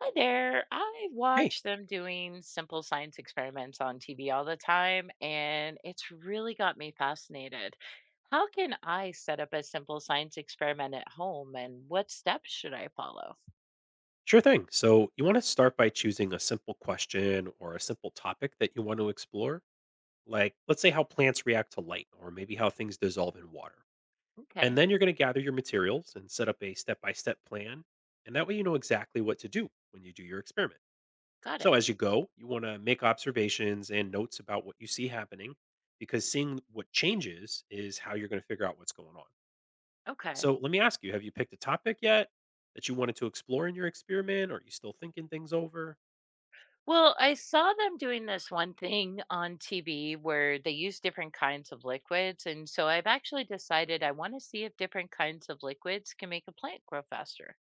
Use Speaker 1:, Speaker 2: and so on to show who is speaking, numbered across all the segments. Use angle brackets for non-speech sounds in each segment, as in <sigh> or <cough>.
Speaker 1: Hi there. I
Speaker 2: Hey,
Speaker 1: watch them doing simple science experiments on TV all the time, and it's really got me fascinated. How can I set up a simple science experiment at home, and what steps should I follow?
Speaker 2: sure thing. So, you want to start by choosing a simple question or a simple topic that you want to explore. Like, let's say how plants react to light, or maybe how things dissolve in water. And
Speaker 1: Okay,
Speaker 2: then you're going to gather your materials and set up a step by step plan. And that way, you know exactly what to do when you do your experiment.
Speaker 1: got it.
Speaker 2: So, as you go, you want to make observations and notes about what you see happening because seeing what changes is how you're going to figure out what's going on.
Speaker 1: Okay.
Speaker 2: So let me ask you, have you picked a topic yet that you wanted to explore in your experiment? Or are you still thinking things over?
Speaker 1: Well, I saw them doing this one thing on TV where they use different kinds of liquids. And so I've actually decided I want to see if different kinds of liquids can make a plant grow faster.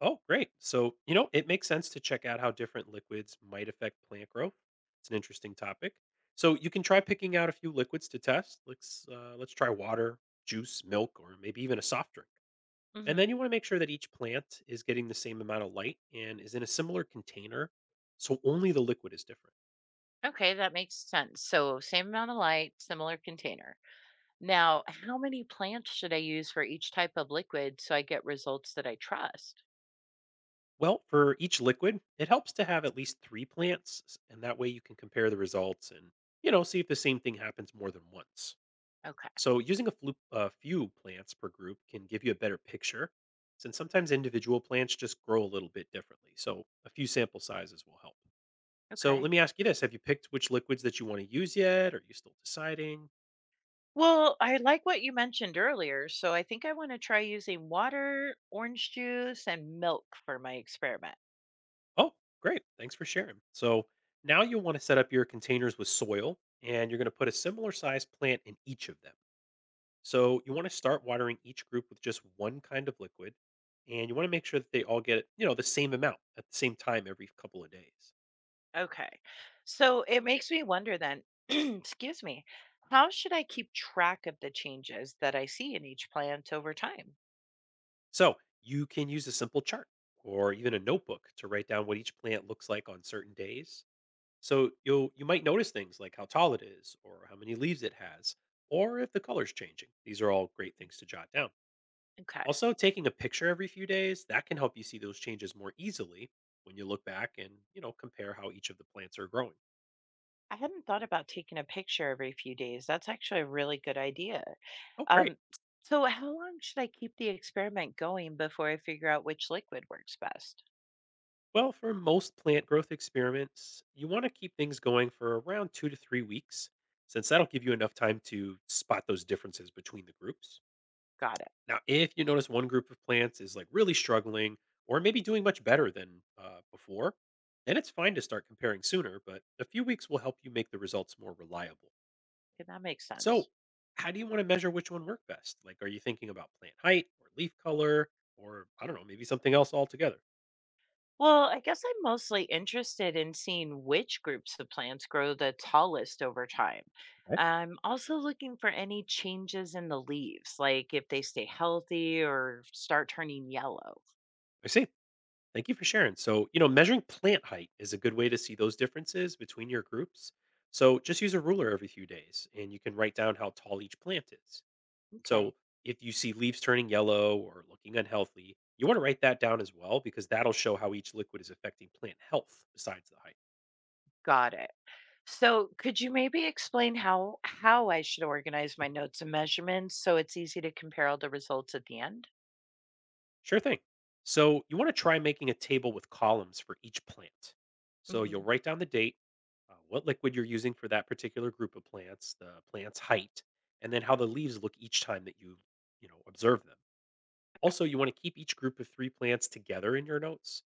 Speaker 2: Oh, great. So, you know, it makes sense to check out how different liquids might affect plant growth. It's an interesting topic. So you can try picking out a few liquids to test. Let's try water, juice, milk, or maybe even a soft drink. And then you want to make sure that each plant is getting the same amount of light and is in a similar container, so only the liquid is different.
Speaker 1: Okay, that makes sense. So, same amount of light, similar container. Now, how many plants should I use for each type of liquid so I get results that I trust?
Speaker 2: Well, for each liquid, it helps to have at least three plants, and that way you can compare the results and see if the same thing happens more than once.
Speaker 1: Okay,
Speaker 2: So using a few plants per group can give you a better picture, since sometimes individual plants just grow a little bit differently. So a few sample sizes will help. So
Speaker 1: okay.
Speaker 2: let me ask you this: have you picked which liquids that you want to use yet? Are you still deciding?
Speaker 1: Well, I like what you mentioned earlier, so I think I want to try using water, orange juice, and milk for my experiment.
Speaker 2: Oh, great! Thanks for sharing. So now you'll want to set up your containers with soil, and you're going to put a similar size plant in each of them. So you want to start watering each group with just one kind of liquid, and you want to make sure that they all get the same amount at the same time every couple of days.
Speaker 1: Okay. So, it makes me wonder then, <clears throat> excuse me, how should I keep track of the changes that I see in each plant over time?
Speaker 2: So you can use a simple chart or even a notebook to write down what each plant looks like on certain days. So you might notice things like how tall it is or how many leaves it has or if the color's changing. These are all great things to jot down.
Speaker 1: Okay.
Speaker 2: Also taking a picture every few days, that can help you see those changes more easily when you look back and, you know, compare how each of the plants are growing.
Speaker 1: I hadn't thought about taking a picture every few days. That's actually a really good idea.
Speaker 2: Oh, great.
Speaker 1: Um, so, how long should I keep the experiment going before I figure out which liquid works best?
Speaker 2: Well, for most plant growth experiments, you want to keep things going for around 2 to 3 weeks, since that'll give you enough time to spot those differences between the groups.
Speaker 1: Got it.
Speaker 2: Now, if you notice one group of plants is like really struggling or maybe doing much better than before, then it's fine to start comparing sooner, but a few weeks will help you make the results more reliable.
Speaker 1: Okay, that makes
Speaker 2: So,
Speaker 1: sense.
Speaker 2: how do you want to measure which one worked best? Like, are you thinking about plant height or leaf color or I don't know, maybe something else altogether?
Speaker 1: Well, I guess I'm mostly interested in seeing which groups of plants grow the tallest over time.
Speaker 2: Okay.
Speaker 1: I'm also looking for any changes in the leaves, like if they stay healthy or start turning yellow.
Speaker 2: I see. Thank you for sharing. So, you know, measuring plant height is a good way to see those differences between your groups. So, just use a ruler every few days and you can write down how tall each plant is. So,
Speaker 1: Okay,
Speaker 2: if you see leaves turning yellow or looking unhealthy, you want to write that down as well because that'll show how each liquid is affecting plant health besides the height.
Speaker 1: got it. So, could you maybe explain how I should organize my notes and measurements so it's easy to compare all the results at the end?
Speaker 2: Sure thing. So you want to try making a table with columns for each plant. So
Speaker 1: Hmm.
Speaker 2: you'll write down the date, what liquid you're using for that particular group of plants, the plant's height, and then how the leaves look each time that you know, observe them. Also, you want to keep each group of three plants together in your notes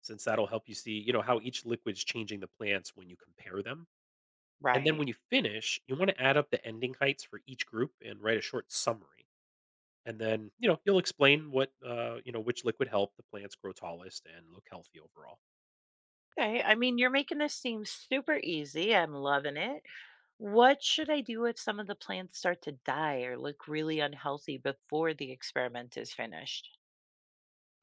Speaker 2: since that'll help you see, you know, how each liquid's changing the plants when you compare them. And then
Speaker 1: Right.
Speaker 2: when you finish, you want to add up the ending heights for each group and write a short summary. And then, you know, you'll explain what, you know, which liquid helped the plants grow tallest and look healthy overall.
Speaker 1: Okay. I mean, you're making this seem super easy. I'm loving it. What should I do if some of the plants start to die or look really unhealthy before the experiment is finished?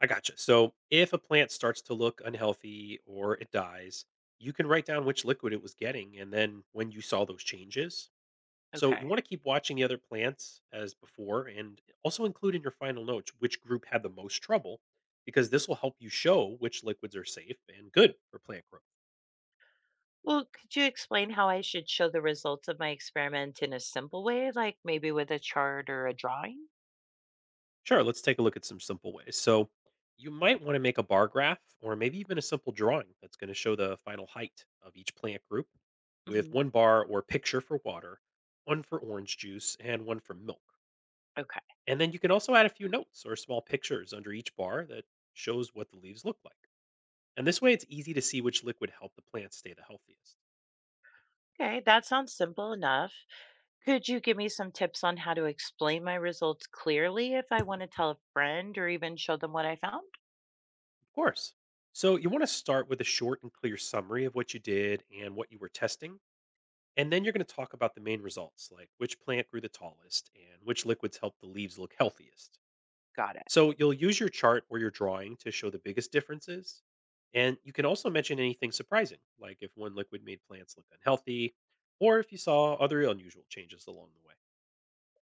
Speaker 2: I gotcha. So if a plant starts to look unhealthy or it dies, you can write down which liquid it was getting and then when you saw those changes. So you
Speaker 1: Okay.
Speaker 2: want to keep watching the other plants as before and also include in your final notes which group had the most trouble because this will help you show which liquids are safe and good for plant growth.
Speaker 1: Well, could you explain how I should show the results of my experiment in a simple way, like maybe with a chart or a drawing?
Speaker 2: Sure, let's take a look at some simple ways. So, you might want to make a bar graph or maybe even a simple drawing that's going to show the final height of each plant group with
Speaker 1: Hmm.
Speaker 2: one bar or picture for water, one for orange juice, and one for milk.
Speaker 1: Okay.
Speaker 2: And then you can also add a few notes or small pictures under each bar that shows what the leaves look like. And this way, it's easy to see which liquid helped the plants stay the healthiest.
Speaker 1: Okay. That sounds simple enough. Could you give me some tips on how to explain my results clearly if I want to tell a friend or even show them what I found?
Speaker 2: Of course. So, you want to start with a short and clear summary of what you did and what you were testing. And then you're going to talk about the main results, like which plant grew the tallest and which liquids helped the leaves look healthiest.
Speaker 1: Got it.
Speaker 2: So you'll use your chart or your drawing to show the biggest differences. And you can also mention anything surprising, like if one liquid made plants look unhealthy or if you saw other unusual changes along the way.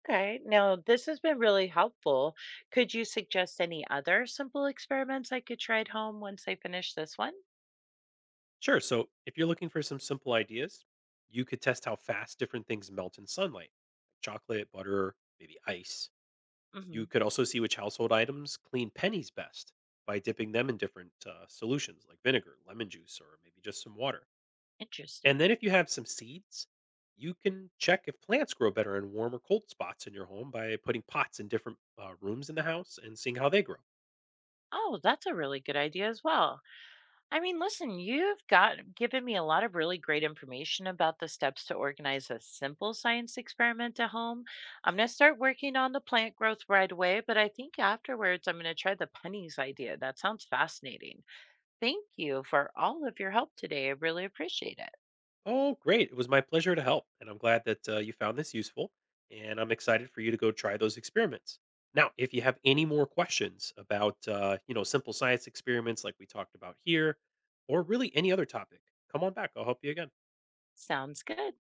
Speaker 1: Okay. Now, this has been really helpful. Could you suggest any other simple experiments I could try at home once I finish this one?
Speaker 2: Sure. So if you're looking for some simple ideas, you could test how fast different things melt in sunlight, like chocolate, butter, maybe ice. You
Speaker 1: Hmm.
Speaker 2: could also see which household items clean pennies best by dipping them in different solutions like vinegar, lemon juice, or maybe just some water. And
Speaker 1: Interesting.
Speaker 2: then if you have some seeds, you can check if plants grow better in warm or cold spots in your home by putting pots in different rooms in the house and seeing how they grow.
Speaker 1: Oh, that's a really good idea as well. I mean, listen, you've got given me a lot of really great information about the steps to organize a simple science experiment at home. I'm going to start working on the plant growth right away, but I think afterwards I'm going to try the pennies idea. That sounds fascinating. Thank you for all of your help today. I really appreciate it.
Speaker 2: Oh, great. It was my pleasure to help. And I'm glad that you found this useful. And I'm excited for you to go try those experiments. Now, if you have any more questions about, you know, simple science experiments like we talked about here, or really any other topic, come on back. I'll help you again.
Speaker 1: Sounds good.